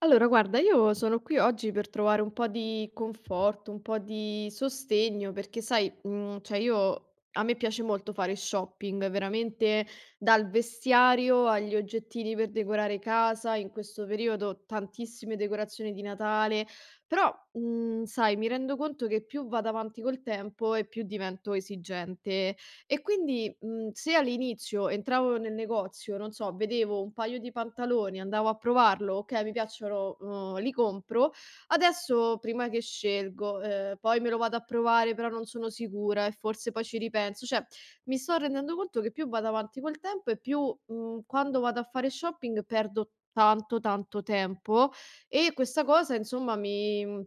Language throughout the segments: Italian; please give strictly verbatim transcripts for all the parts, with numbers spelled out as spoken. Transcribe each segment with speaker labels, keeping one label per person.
Speaker 1: Allora guarda, io sono qui oggi per trovare un po' di conforto, un po' di sostegno, perché sai, mhmm, cioè io a me piace molto fare shopping, veramente dal vestiario agli oggettini per decorare casa, in questo periodo tantissime decorazioni di Natale. Però, mhmm, sai, mi rendo conto che più vado avanti col tempo e più divento esigente. E quindi, mhmm, se all'inizio entravo nel negozio, non so, vedevo un paio di pantaloni, andavo a provarlo, okay, mi piacciono, uhm, li compro. Adesso prima che scelgo, ehm, poi me lo vado a provare, però non sono sicura e forse poi ci ripenso, cioè mi sto rendendo conto che più vado avanti col tempo e più, mhmm, quando vado a fare shopping perdo tanto, tanto tempo, e questa cosa insomma mi mhmm,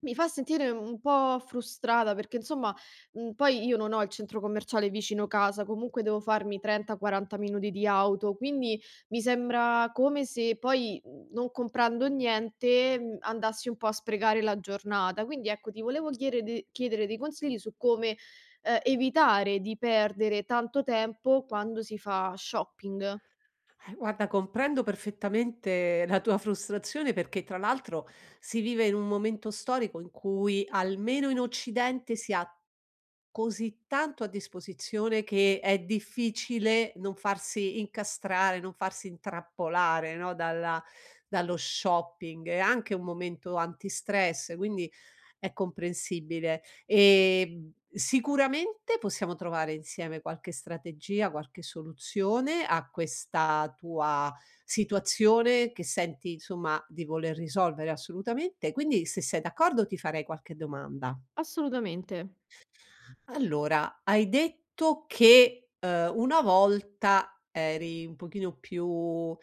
Speaker 1: mi fa sentire un po' frustrata, perché insomma, mhmm, poi io non ho il centro commerciale vicino casa, comunque devo farmi trenta, quaranta minuti di auto. Quindi mi sembra come se poi, mhmm, non comprando niente, mhmm, andassi un po' a sprecare la giornata. Quindi ecco, ti volevo chiere de chiedere dei consigli su come, ehm, evitare di perdere tanto tempo quando si fa shopping.
Speaker 2: Eh, guarda, comprendo perfettamente la tua frustrazione perché tra l'altro si vive in un momento storico in cui almeno in Occidente si ha così tanto a disposizione che è difficile non farsi incastrare, non farsi intrappolare, no, dalla- dallo shopping. È anche un momento antistress, quindi è comprensibile. Ehm, sicuramente possiamo trovare insieme qualche strategia, qualche soluzione a questa tua situazione che senti, insomma, di voler risolvere assolutamente. Quindi, se sei d'accordo, ti farei qualche domanda.
Speaker 1: Assolutamente.
Speaker 2: Allora, hai detto che, uhm, una volta eri un pochino più, uhm,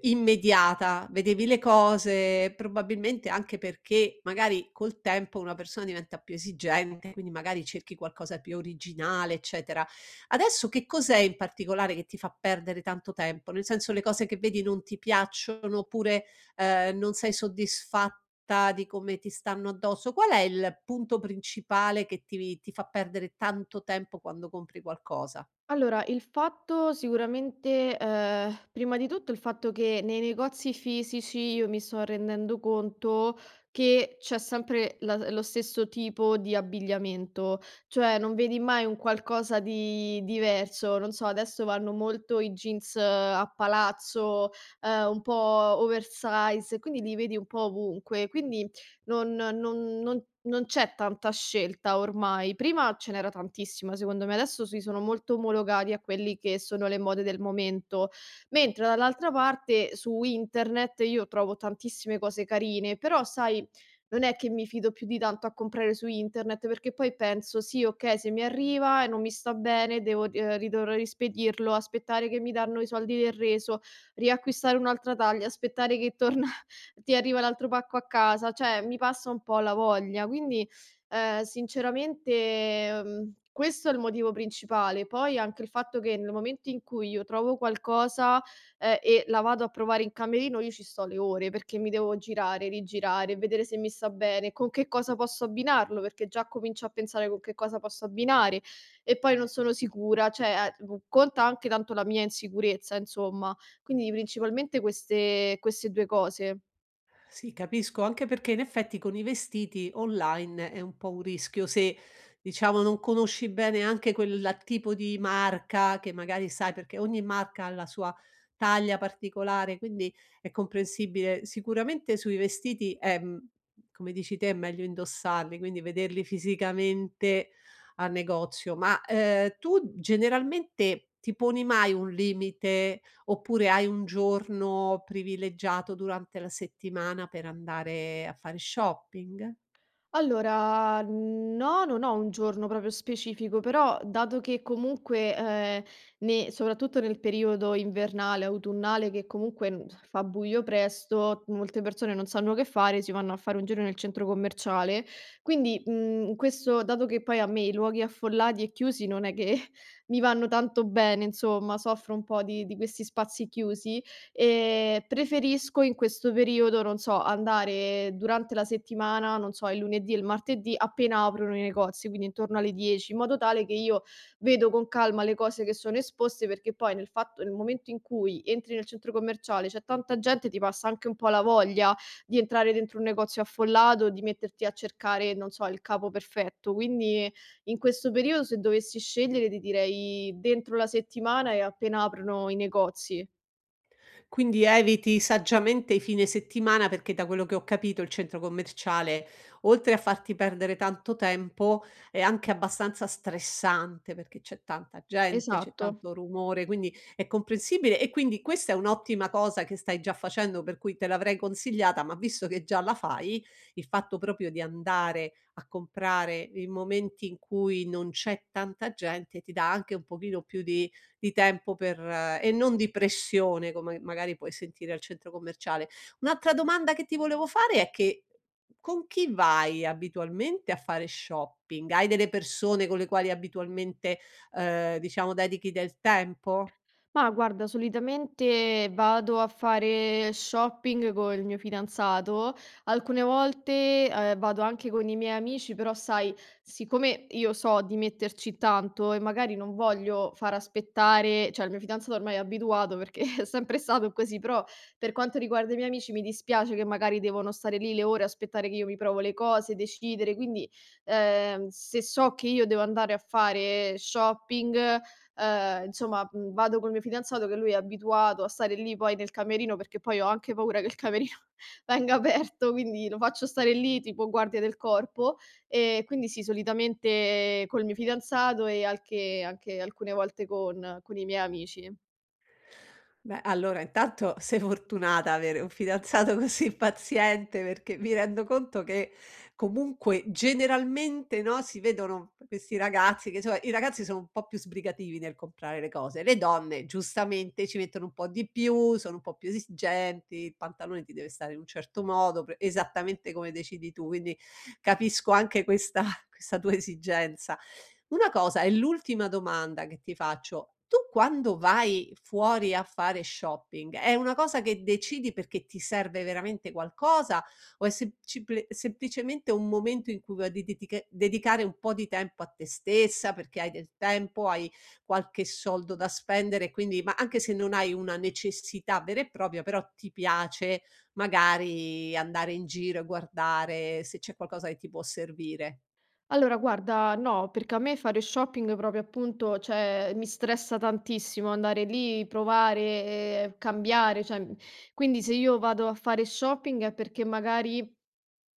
Speaker 2: immediata, vedevi le cose, probabilmente anche perché magari col tempo una persona diventa più esigente, quindi magari cerchi qualcosa di più originale, eccetera. Adesso che cos'è in particolare che ti fa perdere tanto tempo? Nel senso, le cose che vedi non ti piacciono, oppure, ehm, non sei soddisfatta città, di come ti stanno addosso. Qual è il punto principale che ti ti fa perdere tanto tempo quando compri qualcosa?
Speaker 1: Allora, il fatto sicuramente, ehm, prima di tutto il fatto che nei negozi fisici io mi sto rendendo conto che c'è sempre la lo stesso tipo di abbigliamento, cioè non vedi mai un qualcosa di diverso. Non so, adesso vanno molto i jeans eh, a palazzo, ehm, un po' oversize, quindi li vedi un po' ovunque. Quindi non non non non c'è tanta scelta ormai. Prima ce n'era tantissima secondo me, adesso si sono molto omologati a quelli che sono le mode del momento, mentre dall'altra parte su internet io trovo tantissime cose carine, però sai, non è che mi fido più di tanto a comprare su internet, perché poi penso: "Sì, okay, se mi arriva e non mi sta bene devo eh, ri ehm, ridor rispedirlo, aspettare che mi danno i soldi del reso, riacquistare un'altra taglia, aspettare che torna, ti arriva l'altro pacco a casa", cioè mi passa un po' la voglia. Quindi, ehm, sinceramente, mhmm, questo è il motivo principale. Poi anche il fatto che nel momento in cui io trovo qualcosa, ehm, e la vado a provare in camerino, io ci sto le ore, perché mi devo girare, rigirare, vedere se mi sta bene, con che cosa posso abbinarlo, perché già comincio a pensare con che cosa posso abbinare, e poi non sono sicura, cioè, ehm, conta anche tanto la mia insicurezza, insomma. Quindi principalmente queste queste due cose.
Speaker 2: Sì, capisco, anche perché in effetti con i vestiti online è un po' un rischio se, diciamo, non conosci bene anche quel tipo di marca che magari sai, perché ogni marca ha la sua taglia particolare, quindi è comprensibile. Sicuramente sui vestiti è, mh, come dici te, è meglio indossarli, quindi vederli fisicamente al negozio. Ma eh, tu generalmente ti poni mai un limite? Oppure hai un giorno privilegiato durante la settimana per andare a fare shopping?
Speaker 1: Allora, no, non ho un giorno proprio specifico, però dato che comunque, eh, ne- soprattutto nel periodo invernale, autunnale, che comunque n- fa buio presto, molte persone non sanno che fare, si vanno a fare un giro nel centro commerciale. Quindi, mm, questo, dato che poi a me i luoghi affollati e chiusi non è che mi vanno tanto bene, insomma, soffro un po' di, di questi spazi chiusi. Ehm, preferisco in questo periodo, non so, andare durante la settimana, non so, il lunedì e il martedì appena aprono i negozi, quindi intorno alle dieci, in modo tale che io vedo con calma le cose che sono esposte, perché poi nel fatto nel momento in cui entri nel centro commerciale, c'è tanta gente, ti passa anche un po' la voglia di entrare dentro un negozio affollato, di metterti a cercare, non so, il capo perfetto. Quindi in questo periodo se dovessi scegliere ti direi dentro la settimana e appena aprono i negozi.
Speaker 2: Quindi eviti saggiamente i fine settimana perché da quello che ho capito il centro commerciale, oltre a farti perdere tanto tempo, è anche abbastanza stressante perché c'è tanta gente, c'è
Speaker 1: Esatto.
Speaker 2: tanto rumore, quindi è comprensibile e quindi questa è un'ottima cosa che stai già facendo, per cui te l'avrei consigliata, ma visto che già la fai, il fatto proprio di andare a comprare in momenti in cui non c'è tanta gente ti dà anche un pochino più di di tempo per eh, e non di pressione come magari puoi sentire al centro commerciale. Un'altra domanda che ti volevo fare è che con chi vai abitualmente a fare shopping? Hai delle persone con le quali abitualmente, ehm, diciamo dedichi del tempo?
Speaker 1: Ma guarda, solitamente vado a fare shopping col mio fidanzato, alcune volte, ehm, vado anche con i miei amici, però sai, siccome io so di metterci tanto e magari non voglio far aspettare, cioè il mio fidanzato ormai è abituato perché è sempre stato così, però per quanto riguarda i miei amici mi dispiace che magari devono stare lì le ore, aspettare che io mi provo le cose, decidere. Quindi, ehm, se so che io devo andare a fare shopping Ehm, insomma, mhmm, vado col mio fidanzato che lui è abituato a stare lì poi nel camerino, perché poi ho anche paura che il camerino venga aperto, quindi lo faccio stare lì tipo guardia del corpo. E quindi sì, solitamente col mio fidanzato e alche anche alcune volte con con i miei amici.
Speaker 2: Beh, allora intanto sei fortunata ad avere un fidanzato così paziente, perché mi rendo conto che comunque generalmente, no, si vedono questi ragazzi che insomma, i ragazzi sono un po' più sbrigativi nel comprare le cose. Le donne giustamente ci mettono un po' di più, sono un po' più esigenti, il pantalone ti deve stare in un certo modo, pre- esattamente come decidi tu, quindi capisco anche questa questa tua esigenza. Una cosa, è l'ultima domanda che ti faccio: tu quando vai fuori a fare shopping, è una cosa che decidi perché ti serve veramente qualcosa o è sempliple semplicemente un momento in cui vuoi deditica dedicare un po' di tempo a te stessa, perché hai del tempo, hai qualche soldo da spendere, quindi ma anche se non hai una necessità vera e propria, però ti piace magari andare in giro e guardare se c'è qualcosa che ti può servire?
Speaker 1: Allora guarda, no, perché a me fare shopping proprio appunto cioè mi stressa tantissimo andare lì, provare, ehm, cambiare, cioè, mhmm, quindi se io vado a fare shopping è perché magari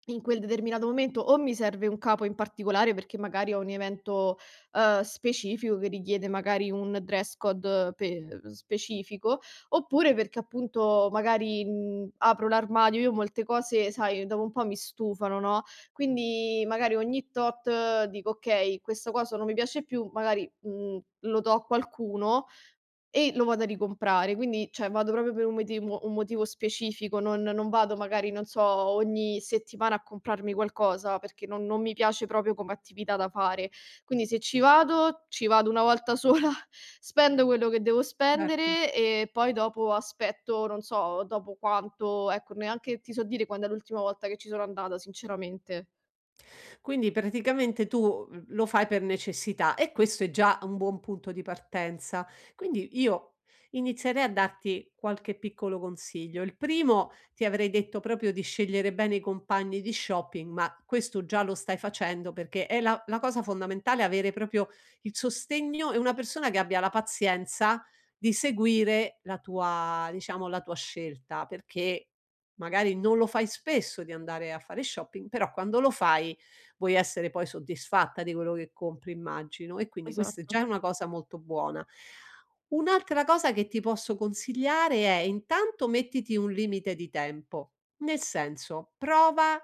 Speaker 1: In quel determinato momento o mi serve un capo in particolare perché magari ho un evento, uhm, specifico che richiede magari un dress code pe specifico, oppure perché appunto magari, mhmm, apro l'armadio, io molte cose sai dopo un po' mi stufano, no, quindi magari ogni tot eh, dico: "Okay, questa cosa non mi piace più", magari, mhmm, lo do a qualcuno e lo vado a ricomprare, quindi cioè vado proprio per un motivo un motivo specifico, non non vado magari, non so, ogni settimana a comprarmi qualcosa, perché non non mi piace proprio come attività da fare. Quindi se ci vado, ci vado una volta sola, spendo quello che devo
Speaker 2: Certo.
Speaker 1: spendere e poi dopo aspetto, non so dopo quanto, ecco, neanche ti so dire quando è l'ultima volta che ci sono andata sinceramente.
Speaker 2: Quindi praticamente tu mhmm, lo fai per necessità e questo è già un buon punto di partenza. Quindi io inizierei a darti qualche piccolo consiglio. Il primo ti avrei detto proprio di scegliere bene i compagni di shopping, ma questo già lo stai facendo perché è la, la cosa fondamentale avere proprio il sostegno e una persona che abbia la pazienza di seguire la tua, diciamo, la tua scelta, perché magari non lo fai spesso di andare a fare shopping, però quando lo fai vuoi essere poi soddisfatta di quello che compri immagino, e quindi questa è
Speaker 1: Esatto.
Speaker 2: già una cosa molto buona. Un'altra cosa che ti posso consigliare è intanto mettiti un limite di tempo, nel senso prova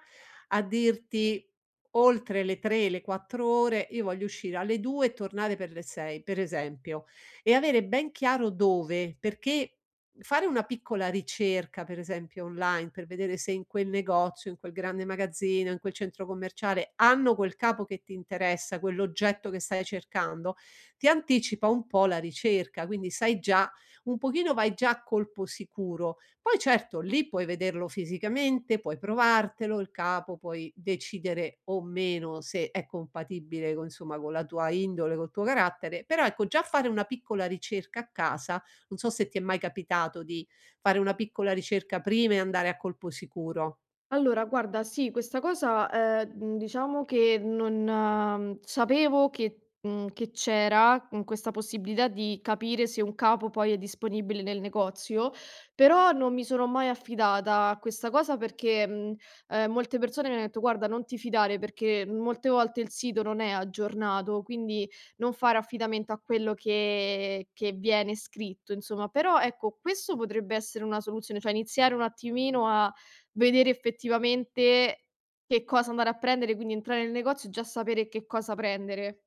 Speaker 2: a dirti oltre le tre, le quattro ore io voglio uscire alle due e tornare per le sei per esempio e avere ben chiaro dove, perché fare una piccola ricerca, per esempio online, per vedere se in quel negozio, in quel grande magazzino, in quel centro commerciale hanno quel capo che ti interessa, quell'oggetto che stai cercando, ti anticipa un po' la ricerca, quindi sai già un pochino vai già a colpo sicuro. Poi certo, lì puoi vederlo fisicamente, puoi provartelo il capo, puoi decidere o meno se è compatibile con, insomma, con la tua indole, col tuo carattere, però ecco già fare una piccola ricerca a casa, non so se ti è mai capitato di fare una piccola ricerca prima e andare a colpo sicuro.
Speaker 1: Allora guarda, sì, questa cosa, ehm, mhmm, diciamo che non ehm, sapevo che mhmm, che c'era, mhmm, questa possibilità di capire se un capo poi è disponibile nel negozio, però non mi sono mai affidata a questa cosa perché, mhmm, ehm, molte persone mi hanno detto: "Guarda non ti fidare perché molte volte il sito non è aggiornato, quindi non fare affidamento a quello che che viene scritto", insomma. Però ecco, questo potrebbe essere una soluzione, cioè iniziare un attimino a vedere effettivamente che cosa andare a prendere, quindi entrare nel negozio e già sapere che cosa prendere.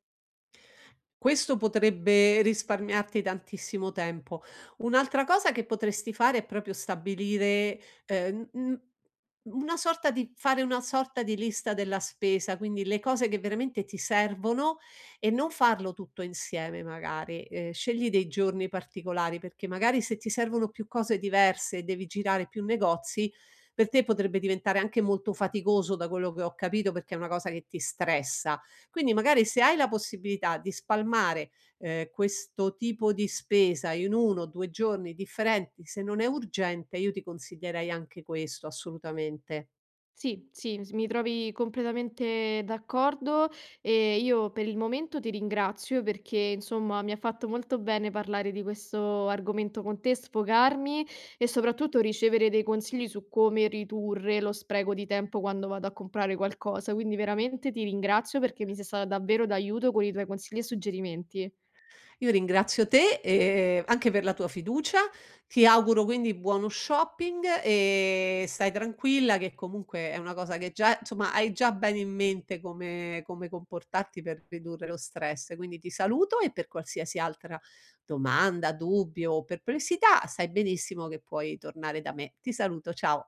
Speaker 2: Questo potrebbe risparmiarti tantissimo tempo. Un'altra cosa che potresti fare è proprio stabilire, ehm, mhmm, una sorta di fare una sorta di lista della spesa, quindi le cose che veramente ti servono e non farlo tutto insieme magari. Ehm, scegli dei giorni particolari, perché magari se ti servono più cose diverse e devi girare più negozi, per te potrebbe diventare anche molto faticoso, da quello che ho capito, perché è una cosa che ti stressa. Quindi magari se hai la possibilità di spalmare, ehm, questo tipo di spesa in uno o due giorni differenti, se non è urgente, io ti consiglierei anche questo assolutamente.
Speaker 1: Sì, sì, s mi trovi completamente d'accordo e io per il momento ti ringrazio perché, insomma, mi ha fatto molto bene parlare di questo argomento con te, sfogarmi e soprattutto ricevere dei consigli su come ridurre lo spreco di tempo quando vado a comprare qualcosa. Quindi veramente ti ringrazio perché mi sei stata davvero d'aiuto con i tuoi consigli e suggerimenti.
Speaker 2: Io ringrazio te, ehm, anche per la tua fiducia. Ti auguro quindi buono shopping e stai tranquilla che comunque è una cosa che già insomma, hai già bene in mente come come comportarti per ridurre lo stress. Quindi ti saluto e per qualsiasi altra domanda, dubbio o perplessità, sai benissimo che puoi tornare da me. Ti saluto, ciao.